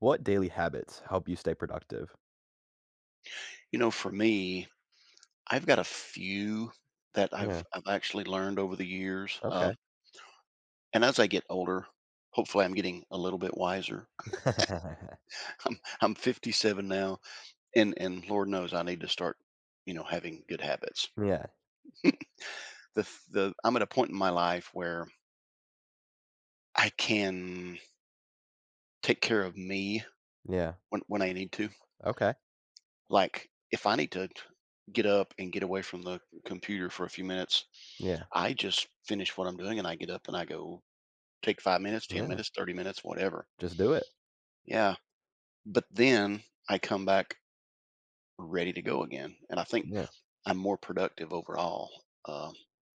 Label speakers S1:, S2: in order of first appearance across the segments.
S1: What daily habits help you stay productive?
S2: You know, for me, I've got a few that I've
S1: Yeah.
S2: I've actually learned over the years,
S1: Okay.
S2: and as I get older, hopefully, I'm getting a little bit wiser. I'm 57 now, and Lord knows I need to start, you know, having good habits.
S1: Yeah,
S2: The I'm at a point in my life where I can take care of me
S1: yeah.
S2: when I need to.
S1: Okay.
S2: Like if I need to get up and get away from the computer for a few minutes,
S1: Yeah.
S2: I just finish what I'm doing and I get up and I go. Take 5 minutes, 10
S1: Yeah.
S2: minutes, 30 minutes, whatever.
S1: Just do it.
S2: Yeah, but then I come back ready to go again, and I think
S1: Yeah.
S2: I'm more productive overall, um,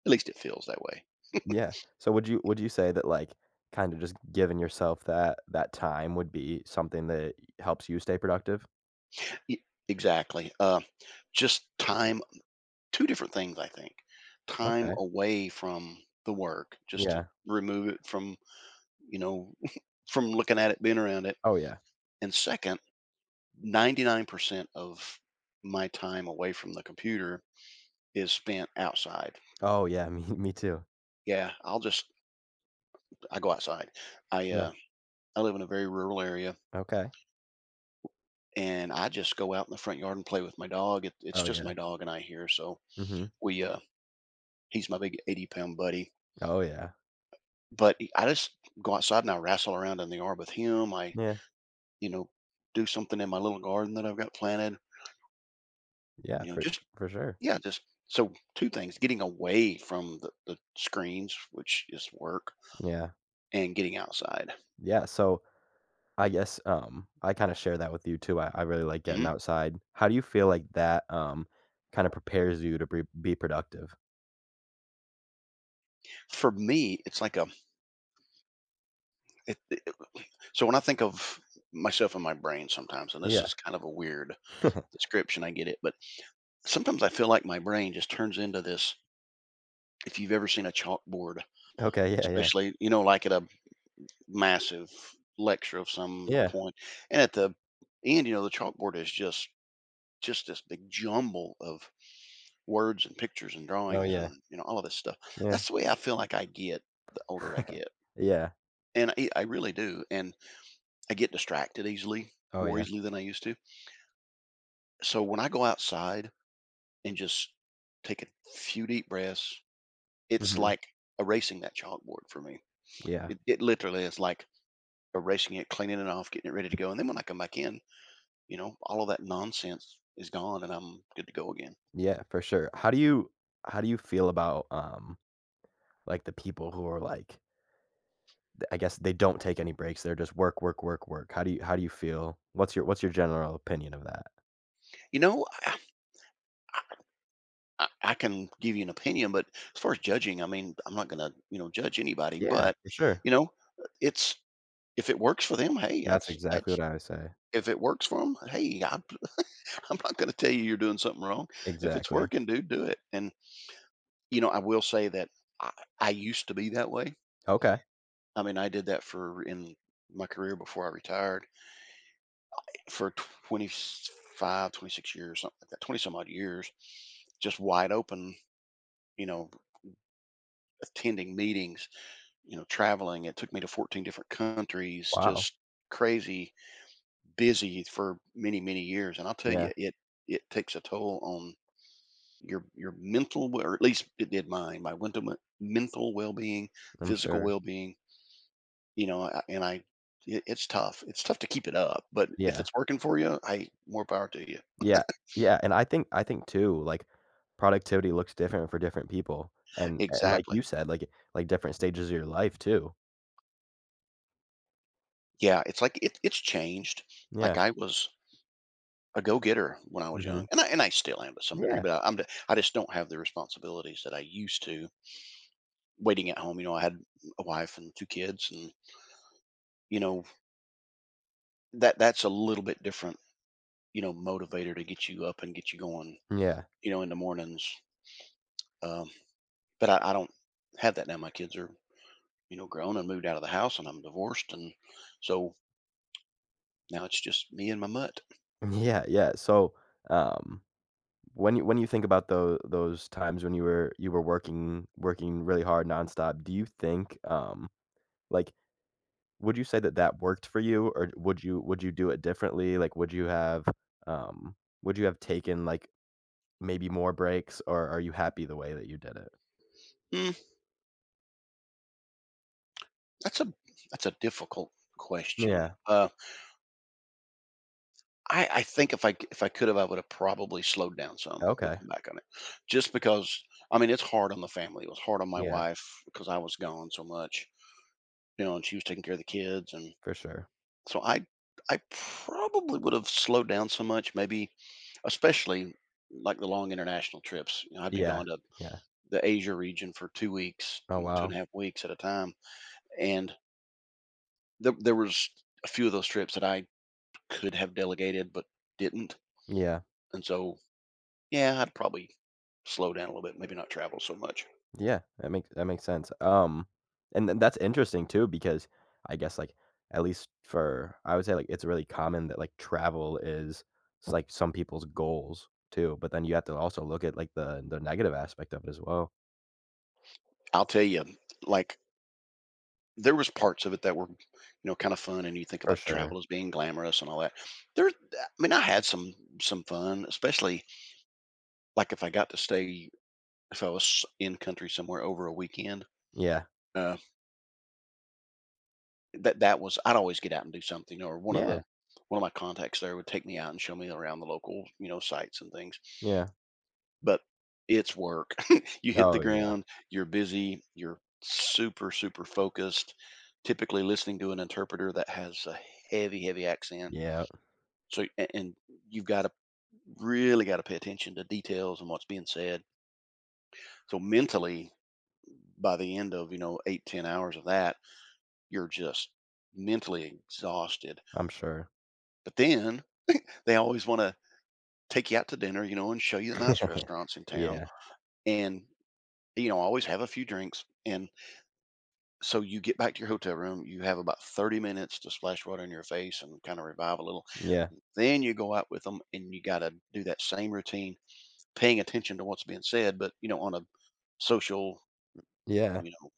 S2: at least it feels that way.
S1: Yeah. So would you say that, kinda just giving yourself that time would be something that helps you stay productive?
S2: Y Exactly, just time. two different things, I think. Time
S1: Okay.
S2: away from the work, just to
S1: Yeah.
S2: remove it from, you know, from looking at it, being around it,
S1: Oh, yeah.
S2: and second, 99% of my time away from the computer is spent outside.
S1: Oh, yeah. Me too.
S2: Yeah, I go outside. I
S1: Yeah.
S2: uh, I live in a very rural area,
S1: Okay.
S2: and I just go out in the front yard and play with my dog. It's
S1: Oh,
S2: just
S1: yeah.
S2: my dog and I here, so
S1: Mhm.
S2: we he's my big 80 pound buddy.
S1: Oh, yeah.
S2: I just go outside and I wrestle around in the yard with him. I
S1: Yeah.
S2: you know do something in my little garden that I've got planted.
S1: Yeah,
S2: You know, just
S1: for sure.
S2: yeah, just so two things: getting away from the screens, which is work,
S1: Yeah.
S2: and getting outside.
S1: Yeah, so I guess, I kinda share that with you too. I really like getting
S2: hmm
S1: outside. How do you feel like that, kinda prepares you to bre be productive?
S2: For me, it's like a— It, it, so when I think of myself in my brain sometimes, and this
S1: Yeah.
S2: is kind of a weird description, I get it, but sometimes I feel like my brain just turns into this. If you've ever seen a chalkboard,
S1: Okay, yeah, yeah.
S2: especially, you know, like at a massive lecture of some
S1: Yeah.
S2: point, and at the end, you know, the chalkboard is just this big jumble of words and pictures and
S1: Oh,
S2: drawings
S1: yeah.
S2: and, you know, all of this stuff.
S1: Yeah.
S2: That's the way I feel like I get the older I get,
S1: Yeah.
S2: and I really do, and I get distracted easily,
S1: Oh,
S2: more
S1: yeah.
S2: easily than I used to. So when I go outside and just take a few deep breaths, it's
S1: Mhm.
S2: like erasing that chalkboard for me.
S1: Yeah.
S2: It literally is like erasing it, cleaning it off, getting it ready to go. And then when I come back in, you know, all of that nonsense is gone and I'm good to go again.
S1: Yeah, for sure. How do you feel about, like, the people who are, like, th I guess they don't take any breaks, they're just work, work, work, work? How do you feel? What's your general opinion of that?
S2: You know, I can give you an opinion, but as far as judging, I mean, I'm not going to, you know, judge anybody,
S1: Yeah,
S2: but,
S1: for sure.
S2: you know, it's, if it works for them, hey,
S1: That's exactly what I would say.
S2: if it works for them, hey, I'm not going to tell you you're doing something wrong. If it's
S1: Exactly.
S2: working, dude, do it. And, you know, I will say that I, I used to be that way.
S1: Okay.
S2: I mean, I did that for— in my career before I retired for 25, 26 years, something like that, 20 some odd years, just wide open, you know, attending meetings, you know, traveling. It took me to 14 different countries,
S1: Wow.
S2: just crazy busy for many, many years. And I'll tell
S1: Yeah,
S2: you, it— it takes a toll on your mental well— or at least it did mine— my mental mental well-being,
S1: I'm
S2: physical
S1: sure.
S2: well-being, you know. I- and I it- it's tough, it's tough to keep it up, but if
S1: Yeah.
S2: it's working for you, I more power to you.
S1: Yeah. Yeah, and I think too, like, productivity looks different for different people, and like
S2: Exactly.
S1: you said, like different stages of your life too.
S2: Yeah, it's like it's changed. Like
S1: Yeah.
S2: I was a go-getter when I was
S1: Mhm.
S2: young, and and I still am to some degree,
S1: Yeah.
S2: but I'm I just don't have the responsibilities that I used to, waiting at home. You know, I had a wife and two kids and, you know, that's a little bit different, you know, motivator to get you up and get you going,
S1: Yeah.
S2: you know, in the mornings. Um, but I don't have that now. My kids are, you know, grown and moved out of the house, and I'm divorced, and so now it's just me and my mutt.
S1: Yeah, yeah. So, um, when you think about those times when you were working really hard nonstop, do you think, like, would you say that that worked for you, or would you do it differently? Like, um, would you have taken, like, maybe more breaks, or are you happy the way that you did it?
S2: Mm, that's a that's a difficult question.
S1: Yeah.
S2: I think if I if I could have, I would have probably slowed down some.
S1: Okay.
S2: Looking back on it, just because I mean, it's hard on the family. It was hard on my
S1: Yeah,
S2: wife because I was gone so much, you know, and she was taking care of the kids, and
S1: for sure.
S2: so I probably would have slowed down so much, maybe especially like the long international trips. You know, I'd be
S1: Yeah,
S2: gone to
S1: yeah.
S2: the Asia region for 2 weeks,
S1: Oh,
S2: you know, two and
S1: wow.
S2: a half weeks at a time. And there was a few of those trips that I could have delegated but didn't.
S1: Yeah,
S2: And so, yeah, I'd probably slow down a little bit, maybe not travel so much.
S1: yeah, that makes sense. And then that's interesting too because I guess, like, at least for I would say, like, it's really common that, like, travel is it's, like, some people's goals too, but then you have to also look at, like, the negative aspect of it as well.
S2: I'll tell you, like there was parts of it that were, you know, kind of fun. And you think
S1: For
S2: about
S1: sure.
S2: travel as being glamorous and all that. There, I mean, I had some fun, especially— like, if I got to stay— if I was in country somewhere over a weekend,
S1: Yeah.
S2: uh, that that was— I'd always get out and do something, or
S1: Yeah,
S2: one of my contacts there would take me out and show me around the local, you know, sites and things,
S1: yeah.
S2: but it's work. You hit the
S1: Oh, yeah.
S2: ground, you're busy, you're super, super focused, typically listening to an interpreter that has a heavy, heavy accent,
S1: Yeah,
S2: so a and you've gotta— really gotta pay attention to details and what's being said, so mentally, by the end of, you know, 8 10 hours of that, you're just mentally exhausted.
S1: I'm sure.
S2: But then they always want to take you out to dinner, you know, and show you the nice restaurants in town
S1: Yeah.
S2: and, you know, always have a few drinks. And so you get back to your hotel room, you have about 30 minutes to splash water in your face and kind of revive a little.
S1: Yeah.
S2: Then you go out with them and you got to do that same routine, paying attention to what's being said, but, you know, on a social,
S1: Yeah.
S2: you know,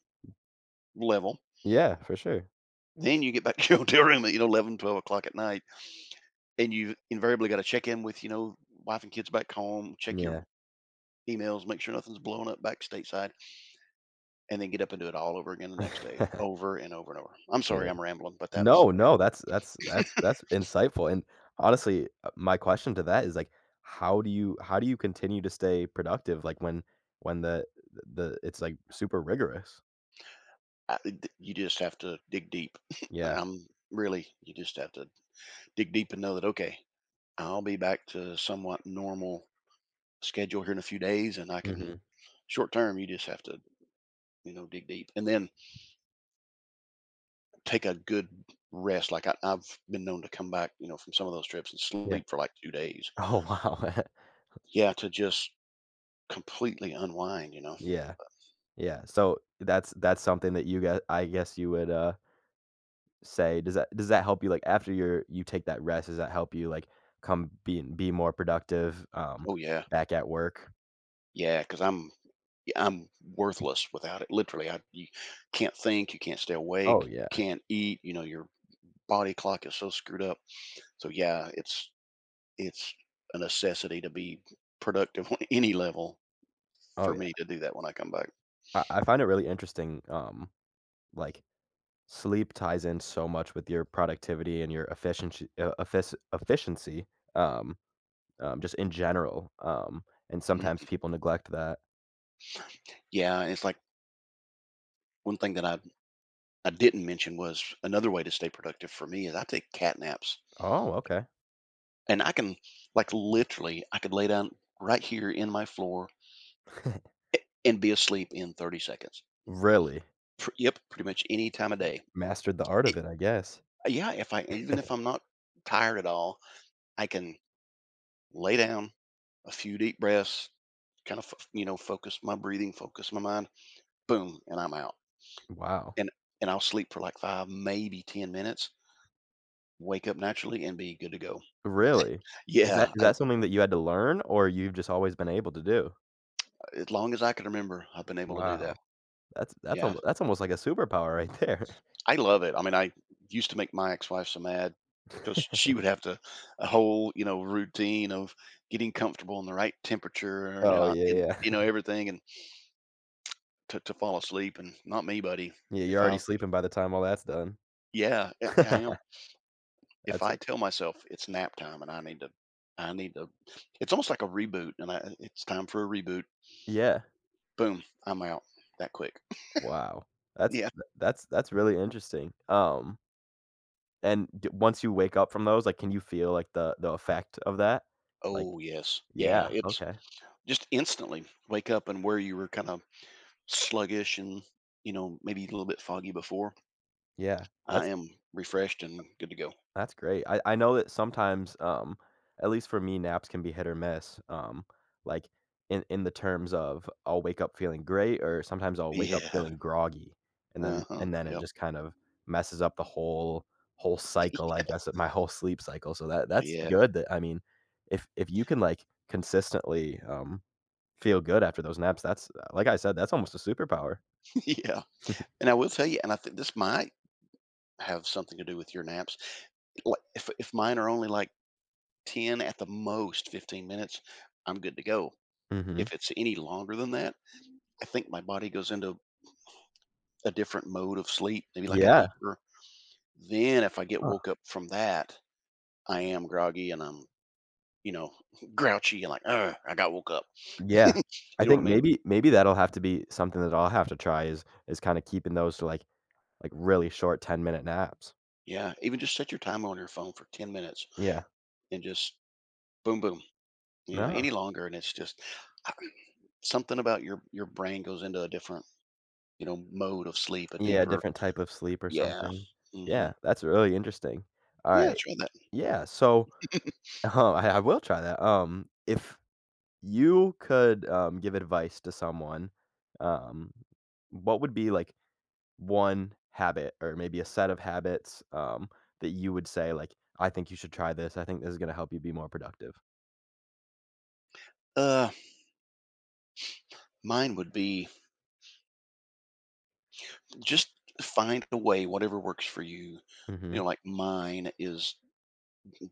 S2: level.
S1: Yeah, for sure.
S2: Then you get back to your hotel room at, you know, 11 12 o'clock at night, and you invariably got to check in with, you know, wife and kids back home, check your
S1: Yeah.
S2: emails, make sure nothing's blowing up back stateside, and then get up and do it all over again the next day, over and over and over. I'm sorry,
S1: Yeah.
S2: I'm rambling, but that's—
S1: No, no, that's insightful, and honestly, my question to that is, like, how do you continue to stay productive, like, when the it's, like, super rigorous?
S2: you just have to dig deep.
S1: Yeah.
S2: I'm really— you just have to dig deep and know that, okay, I'll be back to somewhat normal schedule here in a few days and I can—
S1: Mhm.
S2: short term, you just have to, you know, dig deep, and then take a good rest. Like I've been known to come back, you know, from some of those trips and
S1: Yeah.
S2: sleep for like 2 days.
S1: Oh, wow.
S2: Yeah, to just completely unwind, you know?
S1: Yeah, yeah, so that's something that you gue I guess you would, say, does that help you, like, after you're you take that rest? Does that help you, like, come be more productive,
S2: Oh, yeah,
S1: back at work?
S2: yeah. because I am 'Cause I'm— yeah, I'm worthless without it. Literally, I you can't think, you can't stay
S1: Oh,
S2: awake,
S1: yeah.
S2: can't eat, you know, your body clock is so screwed up. So, yeah, it's— it's a necessity to be productive on any level
S1: Oh,
S2: for me
S1: yeah.
S2: to do that when I come back.
S1: I find it really interesting, like, sleep ties in so much with your productivity and your efficiency, efficiency, um, just in general, and sometimes
S2: Mhm.
S1: people neglect that.
S2: Yeah, and it's like one thing that I didn't mention was another way to stay productive for me is I take cat naps.
S1: Oh, okay.
S2: And I can, like, literally, I could lay down right here in my floor and be asleep in 30 seconds.
S1: Really?
S2: Pr Yep, pretty much any time of day.
S1: Mastered the art of
S2: It
S1: it, I guess.
S2: Yeah, if I— even if I'm not tired at all, I can lay down, a few deep breaths, kind of, f you know, focus my breathing, focus my mind, boom, and I'm out.
S1: Wow.
S2: And and I'll sleep for like 5, maybe 10 minutes, wake up naturally, and be good to go.
S1: Really? Is that
S2: Yeah,
S1: is
S2: I—
S1: that something that you had to learn, or you've just always been able to do?
S2: as long as I can remember, I've been able to do that.
S1: Wow.
S2: Yeah.
S1: That's almost like a superpower right there.
S2: I love it. I mean, I used to make my ex-wife so mad because she would have to— a whole, you know, routine of getting comfortable in the right temperature and
S1: Oh,
S2: out
S1: yeah,
S2: and, you know,
S1: yeah.
S2: everything, and to fall asleep. And not me, buddy.
S1: Yeah, you're
S2: If
S1: already
S2: I—
S1: sleeping by the time all that's done.
S2: yeah, I am. If
S1: That's
S2: I tell myself it's nap time and I need to— I need to— it's almost like a reboot, and I it's time for a reboot.
S1: yeah.
S2: Boom, I'm out that quick.
S1: Wow. That's
S2: Yeah.
S1: that's really interesting. And d once you wake up from those, like, can you feel, like, the effect of that? Like,
S2: Oh yes. Yeah,
S1: yeah,
S2: it's
S1: okay.
S2: just— instantly wake up, and where you were kind of sluggish and, you know, maybe a little bit foggy before,
S1: Yeah.
S2: I am refreshed and good to go.
S1: That's great. I know that sometimes, at least for me, naps can be hit or miss, like, in the terms of, I'll wake up feeling great, or sometimes I'll wake up
S2: Yeah.
S1: feeling groggy, and then
S2: Uh-huh.
S1: and then it
S2: Yep.
S1: just kind of messes up the whole cycle, I guess, of my whole sleep cycle. So that that's
S2: Yeah.
S1: good, that I mean, if you can, like, consistently, feel good after those naps, that's like I said, that's almost a superpower.
S2: Yeah. And I will tell you, and I think this might have something to do with your naps. Like if mine are only like 10 at the most 15 minutes, I'm good to go.
S1: Mhm.
S2: If it's any longer than that, I think my body goes into a different mode of sleep, maybe like a
S1: Yeah.
S2: deeper. Then if I get woke up from that, I am groggy and you know, grouchy, and like, oh, I got woke up. You
S1: Yeah. I
S2: know what I
S1: think,
S2: mean?
S1: maybe that'll have to be something that I'll have to try is kinda keeping those to, really short ten-minute naps.
S2: Yeah, even just set your timer on your phone for 10 minutes
S1: Yeah.
S2: and just boom, boom. You know,
S1: No.
S2: any longer and it's just— I something about your brain goes into a different, you know, mode of sleep, a
S1: Yeah,
S2: deeper.
S1: different type of sleep or
S2: Yeah.
S1: something.
S2: hmm
S1: Yeah, that's really interesting.
S2: Yeah,
S1: Alright.
S2: try that.
S1: Yeah, so I will try that. If you could, give advice to someone, um, what would be, like, one habit or maybe a set of habits, that you would say, like, "I think you should try this. I think this is gonna help you be more productive."
S2: Uh, Mine would be just find a way, whatever works for you. You
S1: Mhm.
S2: know, like mine is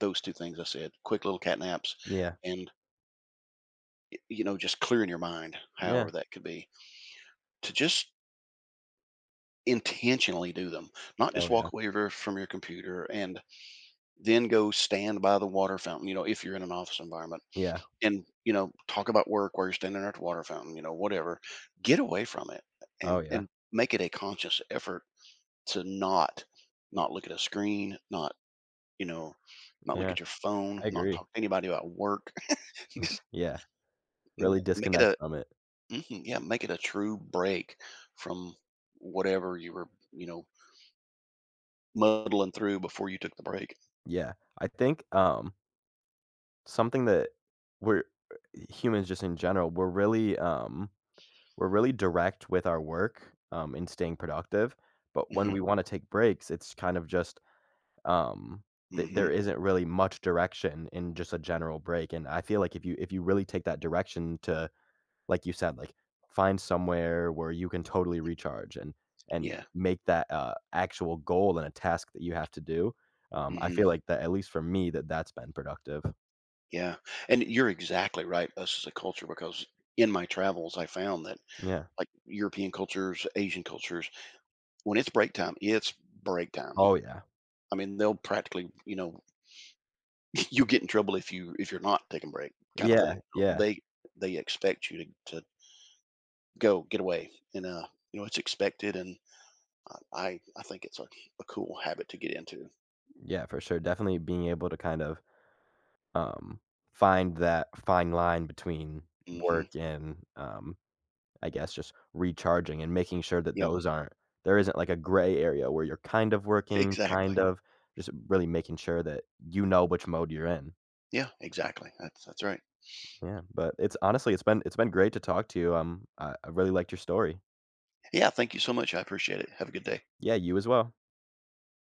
S2: those two things I said: quick little cat naps,
S1: Yeah.
S2: and, you know, just clearing your mind,
S1: Yeah.
S2: however that could be, to just intentionally do them, not
S1: Oh,
S2: just walk
S1: yeah.
S2: away from your computer and then go stand by the water fountain, you know, if you're in an office environment
S1: Yeah.
S2: and, you know, talk about work while you're standing there at the water fountain, you know, whatever. Get away from it
S1: Oh, yeah.
S2: and make it a conscious effort to not— not look at a screen, not, you know, not look
S1: Yeah.
S2: at your phone,
S1: I
S2: not
S1: agree.
S2: talk to anybody about work. Just
S1: Yeah. Really
S2: make it
S1: disconnect
S2: a—
S1: from it.
S2: mhm, yeah, make it a true break from whatever you were, you know, muddling through before you took the break.
S1: Yeah. I think, something that we're humans just in general, we're really direct with our work, in staying productive, but when
S2: Mhm,
S1: we wanna take breaks, it's kind of just, um, th
S2: mhm,
S1: there isn't really much direction in just a general break, and I feel like if you really take that direction to, like you said, like, find somewhere where you can totally recharge and
S2: yeah,
S1: make that, actual goal and a task that you have to do. I
S2: mhm,
S1: feel like that, at least for me, that that's been productive.
S2: yeah, and you're exactly right, us as a culture, because in my travels, I found that,
S1: Yeah.
S2: like, European cultures, Asian cultures, when it's break time, it's break time.
S1: Oh, yeah.
S2: I mean, they'll practically, you know, you get in trouble if you if you're not taking break kinda
S1: Yeah,
S2: thing.
S1: yeah.
S2: They— they expect you to— to go, get away, and, you know, it's expected, and I think it's a— a cool habit to get into.
S1: Yeah, for sure. Definitely being able to kind of, um, find that fine line between
S2: Mhm,
S1: work and, I guess, just recharging, and making sure that
S2: yeah.
S1: those aren't there isn't like a gray area where you're kind of working, kind
S2: Exactly.
S1: of just really making sure that you know which mode you're in.
S2: Yeah, exactly, that's right.
S1: Yeah, but it's honestly, it's been great to talk to you. I really liked your story.
S2: Yeah, thank you so much. I appreciate it. Have a good day.
S1: Yeah, you as well.